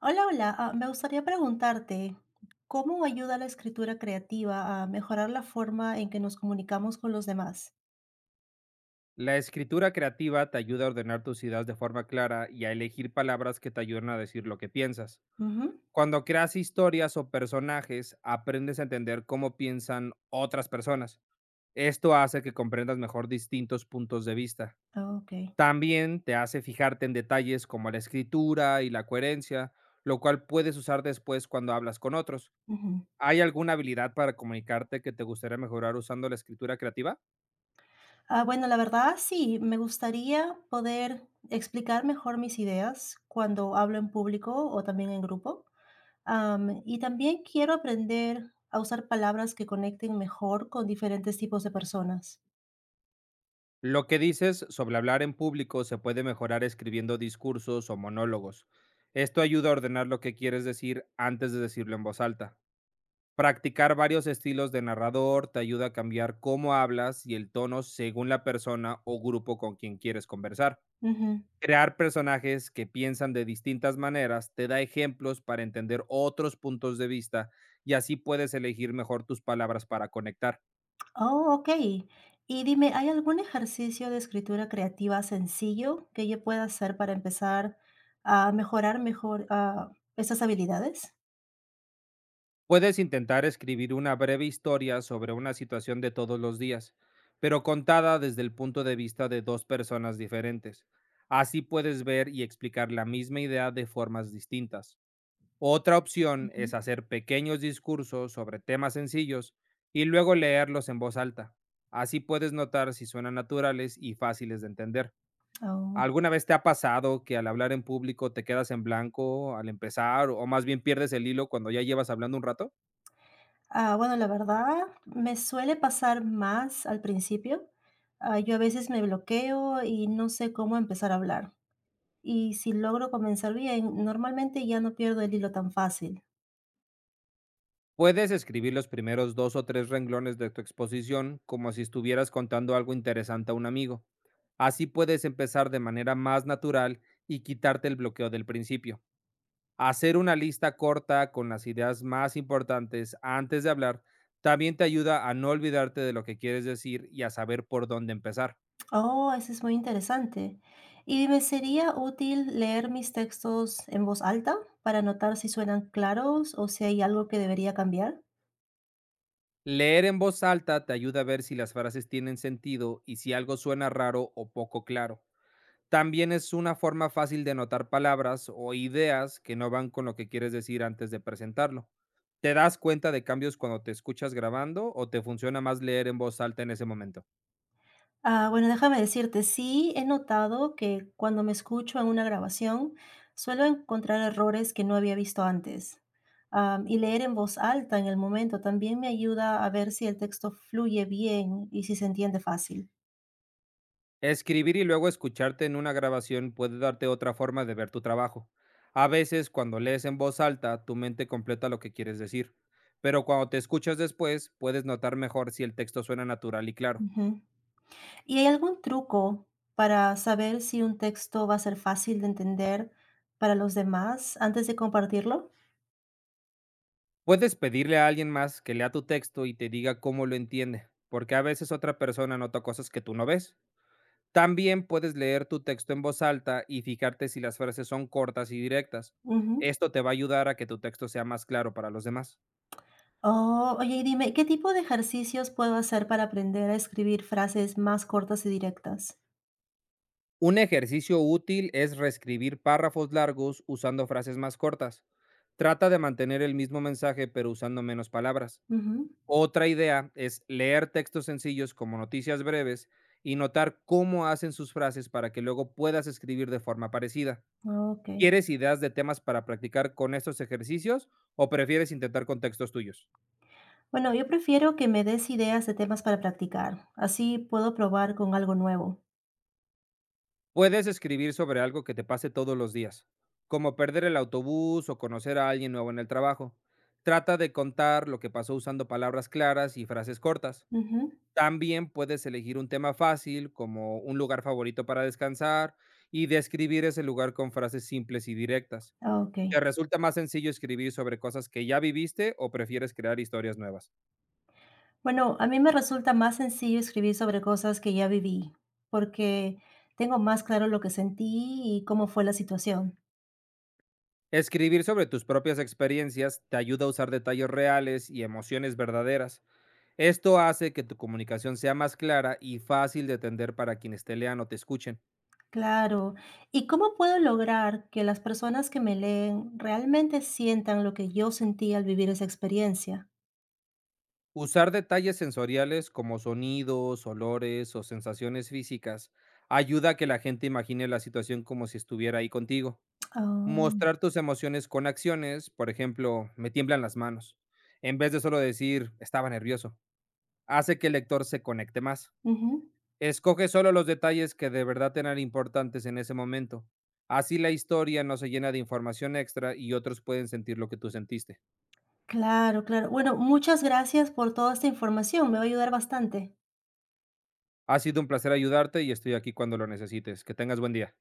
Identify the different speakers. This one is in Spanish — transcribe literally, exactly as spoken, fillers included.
Speaker 1: Hola, hola. Ah, me gustaría preguntarte, ¿cómo ayuda la escritura creativa a mejorar la forma en que nos comunicamos con los demás?
Speaker 2: La escritura creativa te ayuda a ordenar tus ideas de forma clara y a elegir palabras que te ayuden a decir lo que piensas.
Speaker 1: Ujú.
Speaker 2: Cuando creas historias o personajes, aprendes a entender cómo piensan otras personas. Esto hace que comprendas mejor distintos puntos de vista.
Speaker 1: Ah, ok.
Speaker 2: También te hace fijarte en detalles como la escritura y la coherencia, lo cual puedes usar después cuando hablas con otros.
Speaker 1: Ujú.
Speaker 2: ¿Hay alguna habilidad para comunicarte que te gustaría mejorar usando la escritura creativa?
Speaker 1: Ah, bueno, la verdad sí, me gustaría poder explicar mejor mis ideas cuando hablo en público o también en grupo. Am, y también quiero aprender a usar palabras que conecten mejor con diferentes tipos de personas.
Speaker 2: Lo que dices sobre hablar en público se puede mejorar escribiendo discursos o monólogos. Esto ayuda a ordenar lo que quieres decir antes de decirlo en voz alta. Practicar varios estilos de narrador te ayuda a cambiar cómo hablas y el tono según la persona o grupo con quien quieres conversar. Crear personajes que piensan de distintas maneras te da ejemplos para entender otros puntos de vista y así puedes elegir mejor tus palabras para conectar.
Speaker 1: Oh, okey. Y dime, ¿hay algún ejercicio de escritura creativa sencillo que yo pueda hacer para empezar a mejorar mejor, ah, esas habilidades?
Speaker 2: Puedes intentar escribir una breve historia sobre una situación de todos los días, pero contada desde el punto de vista de dos personas diferentes. Así puedes ver y explicar la misma idea de formas distintas. Otra opción
Speaker 1: Ujú.
Speaker 2: es hacer pequeños discursos sobre temas sencillos y luego leerlos en voz alta. Así puedes notar si suenan naturales y fáciles de entender.
Speaker 1: Oh.
Speaker 2: ¿Alguna vez te ha pasado que al hablar en público te quedas en blanco al empezar o más bien pierdes el hilo cuando ya llevas hablando un rato?
Speaker 1: Ah, bueno, la verdad, me suele pasar más al principio. Ah, yo a veces me bloqueo y no sé cómo empezar a hablar. Y si logro comenzar bien, normalmente ya no pierdo el hilo tan fácil.
Speaker 2: Puedes escribir los primeros dos o tres renglones de tu exposición como si estuvieras contando algo interesante a un amigo. Así puedes empezar de manera más natural y quitarte el bloqueo del principio. Hacer una lista corta con las ideas más importantes antes de hablar también te ayuda a no olvidarte de lo que quieres decir y a saber por dónde empezar.
Speaker 1: Oh, eso es muy interesante. ¿Y me sería útil leer mis textos en voz alta para notar si suenan claros o si hay algo que debería cambiar?
Speaker 2: Leer en voz alta te ayuda a ver si las frases tienen sentido y si algo suena raro o poco claro. También es una forma fácil de notar palabras o ideas que no van con lo que quieres decir antes de presentarlo. ¿Te das cuenta de cambios cuando te escuchas grabando o te funciona más leer en voz alta en ese momento?
Speaker 1: Ah, bueno, déjame decirte, sí he notado que cuando me escucho en una grabación suelo encontrar errores que no había visto antes. Am, y leer en voz alta en el momento también me ayuda a ver si el texto fluye bien y si se entiende fácil.
Speaker 2: Escribir y luego escucharte en una grabación puede darte otra forma de ver tu trabajo. A veces, cuando lees en voz alta, tu mente completa lo que quieres decir, pero cuando te escuchas después, puedes notar mejor si el texto suena natural y claro.
Speaker 1: Ujú. ¿Y hay algún truco para saber si un texto va a ser fácil de entender para los demás antes de compartirlo?
Speaker 2: Puedes pedirle a alguien más que lea tu texto y te diga cómo lo entiende, porque a veces otra persona nota cosas que tú no ves. También puedes leer tu texto en voz alta y fijarte si las frases son cortas y directas.
Speaker 1: Ujú.
Speaker 2: Esto te va a ayudar a que tu texto sea más claro para los demás.
Speaker 1: Oh, oye, y dime, ¿qué tipo de ejercicios puedo hacer para aprender a escribir frases más cortas y directas?
Speaker 2: Un ejercicio útil es reescribir párrafos largos usando frases más cortas. Trata de mantener el mismo mensaje, pero usando menos palabras.
Speaker 1: Ujú.
Speaker 2: Otra idea es leer textos sencillos como noticias breves y notar cómo hacen sus frases para que luego puedas escribir de forma parecida.
Speaker 1: Ok.
Speaker 2: ¿Quieres ideas de temas para practicar con estos ejercicios o prefieres intentar con textos tuyos?
Speaker 1: Bueno, yo prefiero que me des ideas de temas para practicar. Así puedo probar con algo nuevo.
Speaker 2: Puedes escribir sobre algo que te pase todos los días, como perder el autobús o conocer a alguien nuevo en el trabajo. Trata de contar lo que pasó usando palabras claras y frases cortas.
Speaker 1: Ujú.
Speaker 2: También puedes elegir un tema fácil, como un lugar favorito para descansar, y describir ese lugar con frases simples y directas.
Speaker 1: Ok.
Speaker 2: ¿Te resulta más sencillo escribir sobre cosas que ya viviste o prefieres crear historias nuevas?
Speaker 1: Bueno, a mí me resulta más sencillo escribir sobre cosas que ya viví, porque tengo más claro lo que sentí y cómo fue la situación.
Speaker 2: Escribir sobre tus propias experiencias te ayuda a usar detalles reales y emociones verdaderas. Esto hace que tu comunicación sea más clara y fácil de entender para quienes te lean o te escuchen.
Speaker 1: Claro. ¿Y cómo puedo lograr que las personas que me leen realmente sientan lo que yo sentí al vivir esa experiencia?
Speaker 2: Usar detalles sensoriales como sonidos, olores o sensaciones físicas ayuda a que la gente imagine la situación como si estuviera ahí contigo.
Speaker 1: Ah,
Speaker 2: Mostrar tus emociones con acciones, por ejemplo, me tiemblan las manos, en vez de solo decir estaba nervioso, hace que el lector se conecte más.
Speaker 1: ujú.
Speaker 2: Escoge solo los detalles que de verdad te eran importantes en ese momento. Así la historia no se llena de información extra y otros pueden sentir lo que tú sentiste.
Speaker 1: Claro, claro. Bueno, muchas gracias por toda esta información, me va a ayudar bastante.
Speaker 2: Ha sido un placer ayudarte y estoy aquí cuando lo necesites. Que tengas buen día.